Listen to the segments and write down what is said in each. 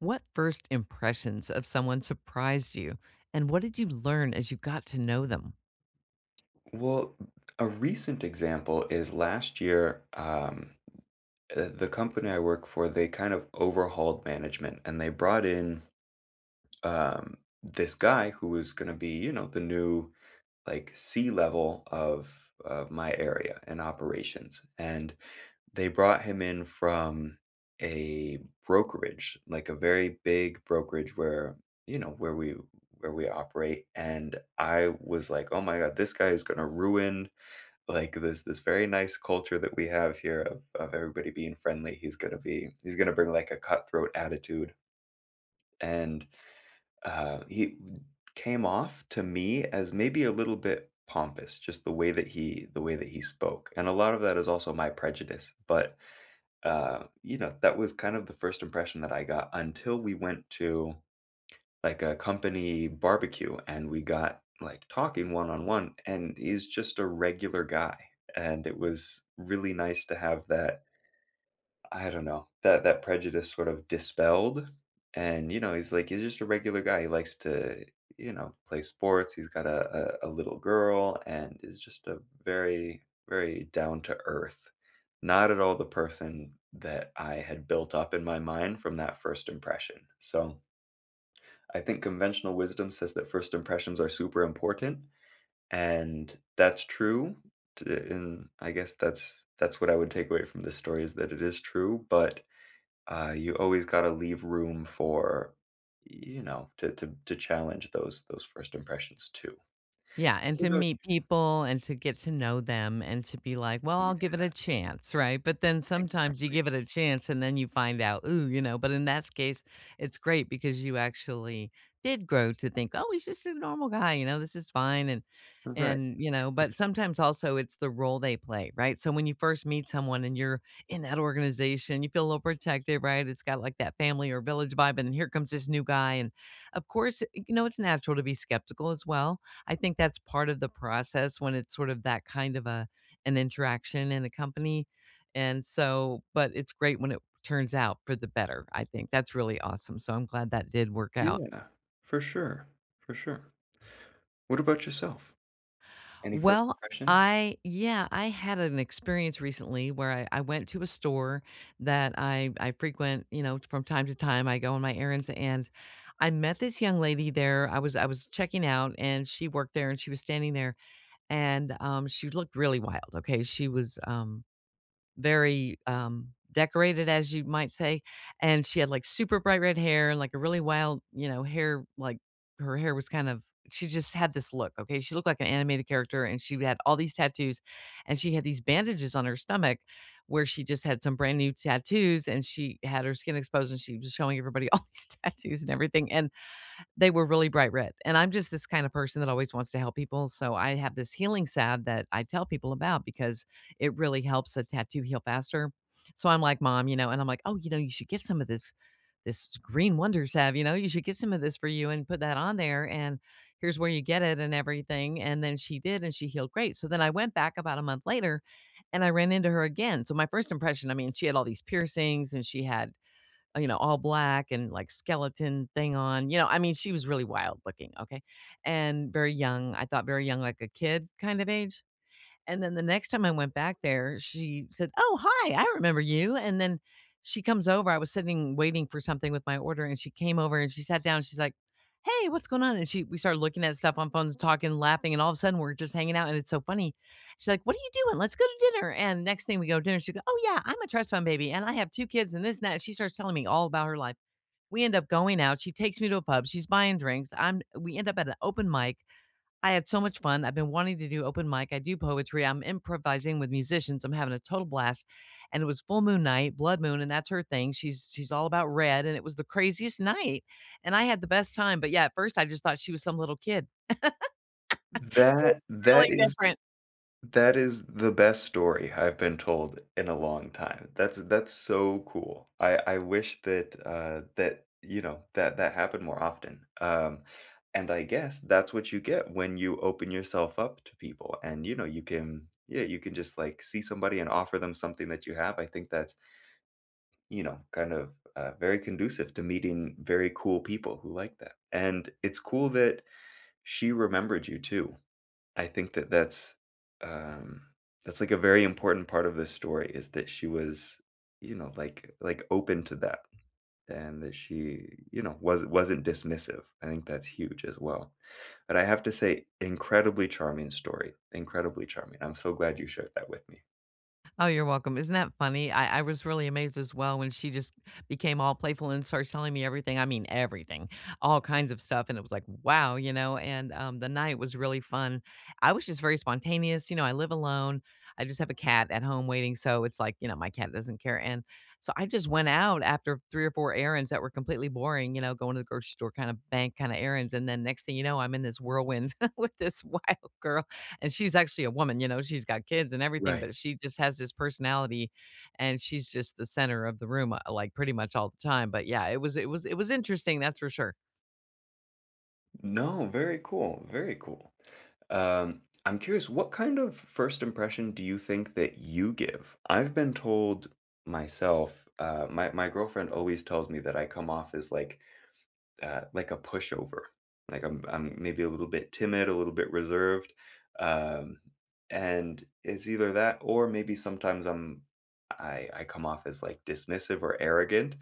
What first impressions of someone surprised you, and what did you learn as you got to know them? Well, a recent example is last year, the company I work for, they kind of overhauled management and they brought in this guy who was going to be, you know, the new like C level of my area and operations. And they brought him in from a brokerage, like a very big brokerage where, you know, where we operate. And I was like, oh my God, this guy is going to ruin like this very nice culture that we have here of everybody being friendly. He's gonna bring like a cutthroat attitude, and he came off to me as maybe a little bit pompous, just the way that he spoke, and a lot of that is also my prejudice. But you know, that was kind of the first impression that I got until we went to like a company barbecue and we got like talking one on one, and he's just a regular guy, and it was really nice to have that. I don't know, that that prejudice sort of dispelled. And you know, he's like he's just a regular guy, he likes to, you know, play sports, he's got a little girl, and is just a very very down to earth, not at all the person that I had built up in my mind from that first impression. So I think conventional wisdom says that first impressions are super important, and that's true. And I guess that's what I would take away from this story is that it is true, but you always got to leave room for, you know, to challenge those first impressions too. Yeah, and What to about meet people and to get to know them and to be like, "Well, you? I'll give Yeah, it a chance," right? But then sometimes you exactly. give it a chance and then you find out, ooh, you know, but in that case, it's great because you actually did grow to think, "Oh, he's just a normal guy, you know, this is fine." Right. and, you know, but sometimes also it's the role they play, right? So when you first meet someone and you're in that organization, you feel a little protective, right? It's got like that family or village vibe and then here comes this new guy and of course, you know, it's natural to be skeptical as well. I think that's part of the process when it's sort of that kind of a an interaction in a company, and so but it's great when it turns out for the better, I think. That's really awesome, so I'm glad that did work out. Yeah, for sure. For sure. What about yourself? Any first Well, impressions? I yeah, I had an experience recently where I went to a store that I frequent, you know, from time to time, I go on my errands, and I met this young lady there. I was checking out, and she worked there, and she was standing there, and, she looked really wild, okay? She was, very, decorated, as you might say, and she had, like, super bright red hair and, like, a really wild, you know, hair like, her hair was kind of she just had this look, okay? She looked like an animated character, and she had all these tattoos, and she had these bandages on her stomach where she just had some brand new tattoos, and she had her skin exposed, and she was showing everybody all these tattoos and everything, and they were really bright red, and I'm just this kind of person that always wants to help people, so I have this healing salve that I tell people about because it really helps a tattoo heal faster. So I'm like, "Mom," you know, and I'm like, "Oh, you know, you should get some of this this green wonder salve, you know, you should get some of this for you and put that on there, and here's where you get it and everything," and then she did, and she healed great. So then I went back about a month later, and I ran into her again. So my first impression, I mean, she had all these piercings, and she had you know, all black and like skeleton thing on. You know, I mean, she was really wild looking, okay? And very young. I thought very young, like a kid kind of age. And then the next time I went back there, she said, "Oh, hi, I remember you." And then she comes over. I was sitting waiting for something with my order, and she came over and she sat down. She's like, "Hey, what's going on?" And she we started looking at stuff on phones, talking, laughing, and all of a sudden we're just hanging out, and it's so funny. She's like, "What are you doing? Let's go to dinner." And next thing we go to dinner, she goes, "Oh yeah, I'm a trust fund baby, and I have two kids, and this and that." She starts telling me all about her life. We end up going out. She takes me to a pub. She's buying drinks. I'm. We end up at an open mic. I had so much fun. I've been wanting to do open mic. I do poetry. I'm improvising with musicians. I'm having a total blast. And it was full moon night, blood moon, and that's her thing. She's all about red, and it was the craziest night. And I had the best time. But yeah, at first I just thought she was some little kid. So That it's that really is different. That is the best story I've been told in a long time. That's so cool. I wish that that you know that that happened more often. And I guess that's what you get when you open yourself up to people, and you know you can, yeah, you can just like see somebody and offer them something that you have. I think that's, you know, kind of very conducive to meeting very cool people who like that. And it's cool that she remembered you too. I think that um, that's like a very important part of this story, is that she was, you know, like open to that, and that she, you know, wasn't dismissive. I think that's huge as well. But I have to say, incredibly charming story, incredibly charming. I'm so glad you shared that with me. Oh, you're welcome. Isn't that funny? I was really amazed as well when she just became all playful and starts telling me everything. I mean, everything, all kinds of stuff. And it was like, wow, you know, and the night was really fun. I was just very spontaneous. You know, I live alone. I just have a cat at home waiting. So it's like, you know, my cat doesn't care. And so I just went out after three or four errands that were completely boring, you know, going to the grocery store kind of bank kind of errands. And then next thing you know, I'm in this whirlwind with this wild girl. And she's actually a woman, you know, she's got kids and everything, Right. but she just has this personality, and she's just the center of the room, like, pretty much all the time, but yeah, it was it was it was interesting, that's for sure. No, very cool, very cool. I'm curious, what kind of first impression do you think that you give? I've been told myself, my girlfriend always tells me that I come off as like a pushover, like I'm maybe a little bit timid, a little bit reserved, um, and it's either that or maybe sometimes I come off as like dismissive or arrogant.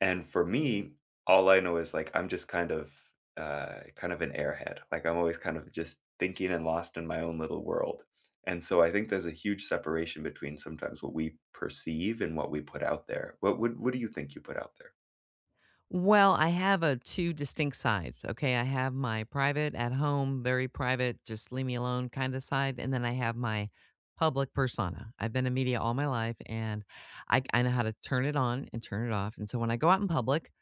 And for me, all I know is like I'm just kind of an airhead. Like I'm always kind of just thinking and lost in my own little world. And so I think there's a huge separation between sometimes what we perceive and what we put out there. What do you think you put out there? Well, I have a two distinct sides, okay? I have my private, at home, very private, just leave me alone kinda side, and then I have my public persona. I've been in media all my life, and I know how to turn it on and turn it off, and so when I go out in public,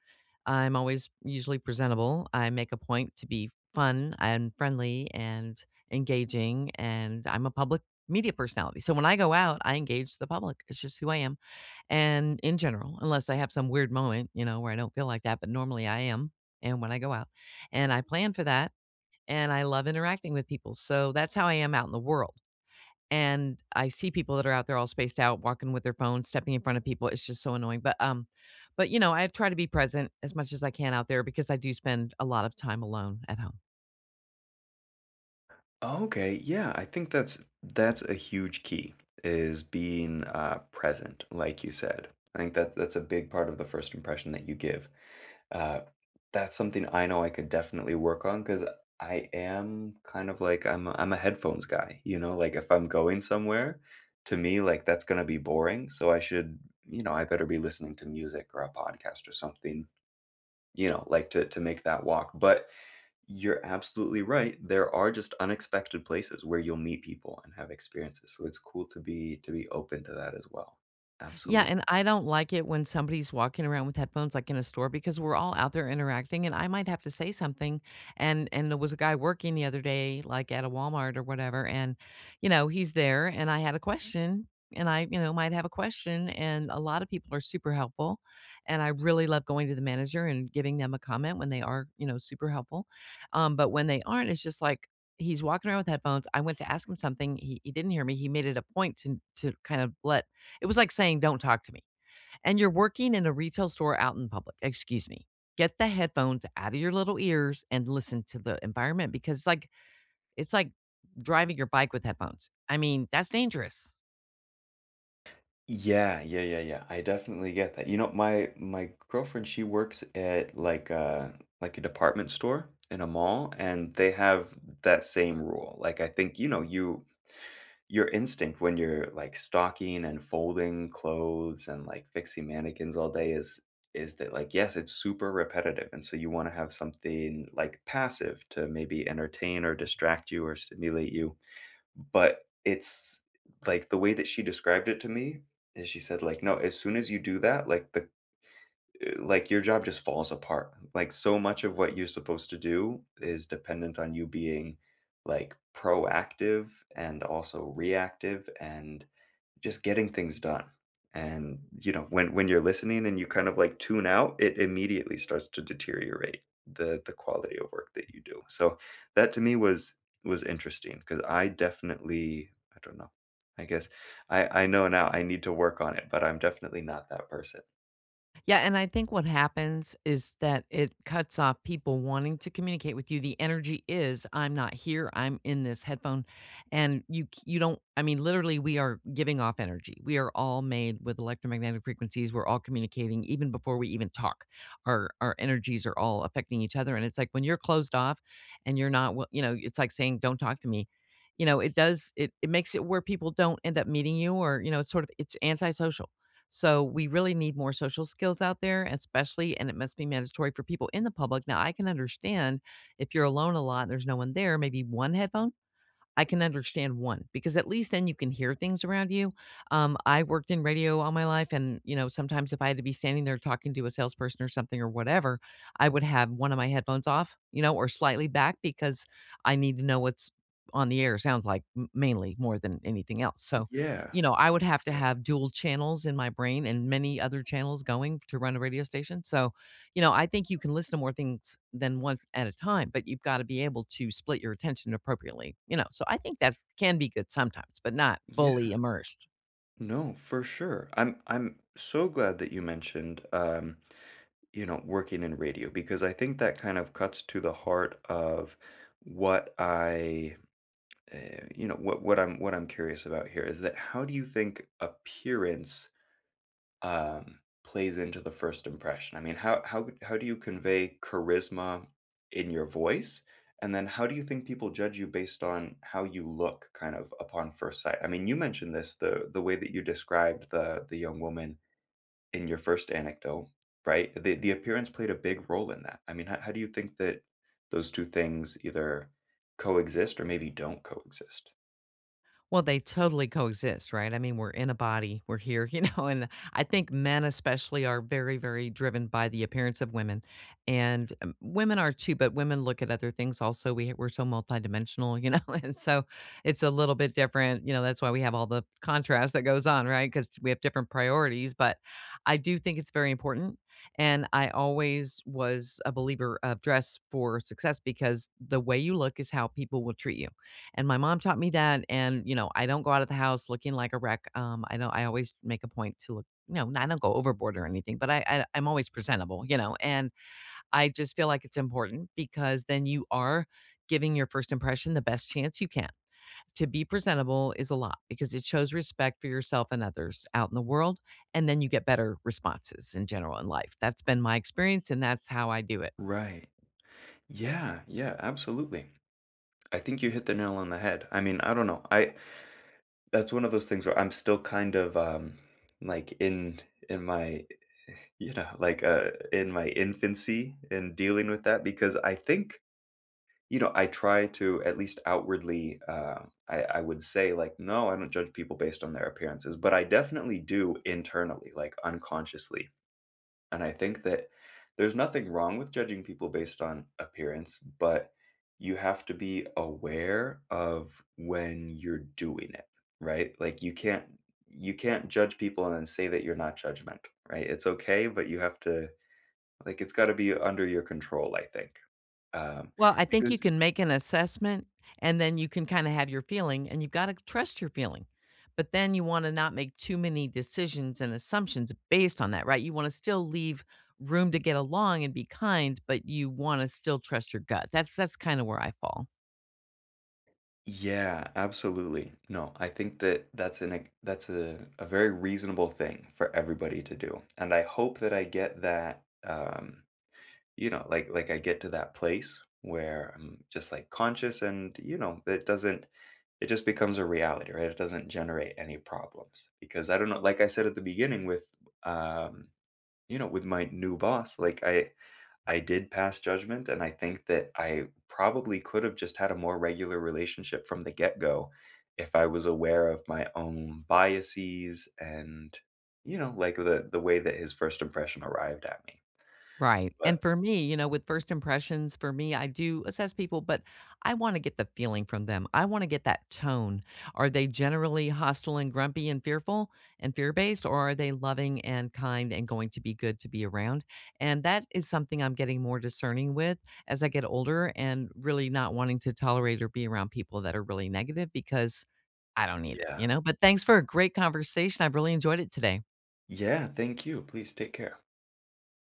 I'm always usually presentable. I make a point to be fun and friendly and engaging, and I'm a public media personality. So when I go out, I engage the public. It's just who I am. And in general, unless I have some weird moment, you know, where I don't feel like that, but normally I am. And when I go out, and I plan for that, and I love interacting with people. So that's how I am out in the world and I see people that are out there all spaced out, walking with their phones, stepping in front of people. It's just so annoying. But you know, I try to be present as much as I can out there because I do spend a lot of time alone at home. Okay, yeah, I think that's a huge key, is being present, like you said. I think that's a big part of the first impression that you give. Uh, that's something I know I could definitely work on because I am kind of like I'm a headphones guy, you know, like if I'm going somewhere, to me like that's gonna be boring, so I should, you know, I better be listening to music or a podcast or something, you know, like to make that walk. But you're absolutely right. There are just unexpected places where you'll meet people and have experiences. So it's cool to be open to that as well. Yeah, Absolutely. and I don't like it when somebody's walking around with headphones, like in a store, because we're all out there interacting, and I might have to say something. And there was a guy working the other day, like at a Walmart or whatever, and you know he's there, and I had a question, and I you know might have a question, and a lot of people are super helpful, and I really love going to the manager and giving them a comment when they are you know super helpful, but when they aren't, it's just like. He's walking around with headphones. I went to ask him something. He didn't hear me. He made it a point to kind of let it was like saying, don't talk to me. And you're working in a retail store out in public. Excuse me. Get the headphones out of your little ears and listen to the environment because it's like driving your bike with headphones. I mean, that's dangerous. Yeah, yeah, yeah, yeah. I definitely get that. You know, my girlfriend, she works at like a department store in a mall, and they have that same rule. Like I think, you know, you, your instinct when you're like stocking and folding clothes and like fixing mannequins all day is that like, yes, it's super repetitive, and so you want to have something like passive to maybe entertain or distract you or stimulate you, but it's like, the way that she described it to me is, she said like, no, as soon as you do that, like the like, your job just falls apart. Like, so much of what you're supposed to do is dependent on you being like proactive and also reactive and just getting things done. And, you know, when you're listening and you kind of like tune out, it immediately starts to deteriorate the quality of work that you do. So, that to me was interesting because I definitely, I don't know. I guess I know now I need to work on it, but I'm definitely not that person. Yeah, and I think what happens is that it cuts off people wanting to communicate with you. The energy is I'm not here, I'm in this headphone and you don't I mean literally we are giving off energy. We are all made with electromagnetic frequencies. We're all communicating even before we even talk. Our energies are all affecting each other and it's like when you're closed off and you're not wi- you know, it's like saying don't talk to me. You know, it does it makes it where people don't end up meeting you or you know, it's sort of it's antisocial so we really need more social skills out there, especially, and it must be mandatory for people in the public. Now, I can understand if you're alone a lot and there's no one there, maybe one headphone. I can understand one because at least then you can hear things around you. I worked in radio all my life, and you know sometimes if I had to be standing there talking to a salesperson or something or whatever, I would have one of my headphones off, you know, or slightly back because I need to know what's on the air. Sounds like mainly more than anything else. So, Yeah. you know, I would have to Yeah. have dual channels in my brain and many other channels going to run a radio station. So you know, I think you can listen to more things than once at a time, but you've got to be able to split your attention appropriately, you know. So I think that can be good sometimes, but not Yeah, fully immersed. no, for sure. I'm so glad that you mentioned, you know, working in radio because I think that kind of cuts to the heart of what I you know, what I'm curious about here is that, how do you think appearance, plays into the first impression? I mean, how do you convey charisma in your voice? And then how do you think people judge you based on how you look kind of upon first sight? I mean, you mentioned this, the way that you described the young woman in your first anecdote, right? The appearance played a big role in that. I mean, how do you think that those two things either coexist or maybe don't coexist? Well, they totally coexist, right? I mean, we're in a body, we're here, you know, and I think men especially are very, very driven by the appearance of women. And women are too, but women look at other things also. We're so multidimensional, you know, and so it's a little bit different. You know, that's why we have all the contrast that goes on, right? Because we have different priorities. But I do think it's very important. And I always was a believer of dress for success because the way you look is how people will treat you and my mom taught me that, and, you know, I don't go out of the house looking like a wreck, I don't I always make a point to look no, I don't go overboard or anything, but I'm always presentable, you know, and I just feel like it's important because then you are giving your first impression the best chance you can. To be presentable is a lot because it shows respect for yourself and others out in the world, and then you get better responses in general in life. That's been my experience, and that's how I do it. Right. Yeah, yeah, absolutely. I think you hit the nail on the head. I mean, I don't know. I That's one of those things where I'm still kind of, like, in my, you know, like, in my infancy in dealing with that because I think, you know, I try to at least outwardly, I would say, like, "No, I don't judge people based on their appearances," but I definitely do internally, like, unconsciously. And I think that there's nothing wrong with judging people based on appearance, but you have to be aware of when you're doing it, right? Like you can't, you can't judge people and then say that you're not judgmental, right? It's okay, but you have to, like, it's got to be under your control, I think. Um Well, I think you because can make an assessment and then you can kinda have your feeling and you've gotta trust your feeling. But then you wanna not make too many decisions and assumptions based on that, right? You wanna still leave room to get along and be kind, but you wanna still trust your gut. That's kinda where I fall. yeah, absolutely. No, I think that that's that's a very reasonable thing for everybody to do. And I hope that I get that, you know, like I get to that place where I'm just like conscious, and you know, it doesn't, it just becomes a reality, right? It doesn't generate any problems because I don't know, like I said at the beginning with, um, you know, with my new boss, like I did pass judgment and I think that I probably could have just had a more regular relationship from the get-go if I was aware of my own biases and, you know, like the way that his first impression arrived at me. Right, and But for me, you know, with first impressions, for me, I do assess people, but I wanna get the feeling from them. I wanna get that tone. Are they generally hostile and grumpy and fearful and fear-based, or are they loving and kind and going to be good to be around? And that is something I'm getting more discerning with as I get older and really not wanting to tolerate or be around people that are really negative because I don't need it, you yeah, know? But thanks for a great conversation. I've really enjoyed it today. yeah, thank you. Please take care.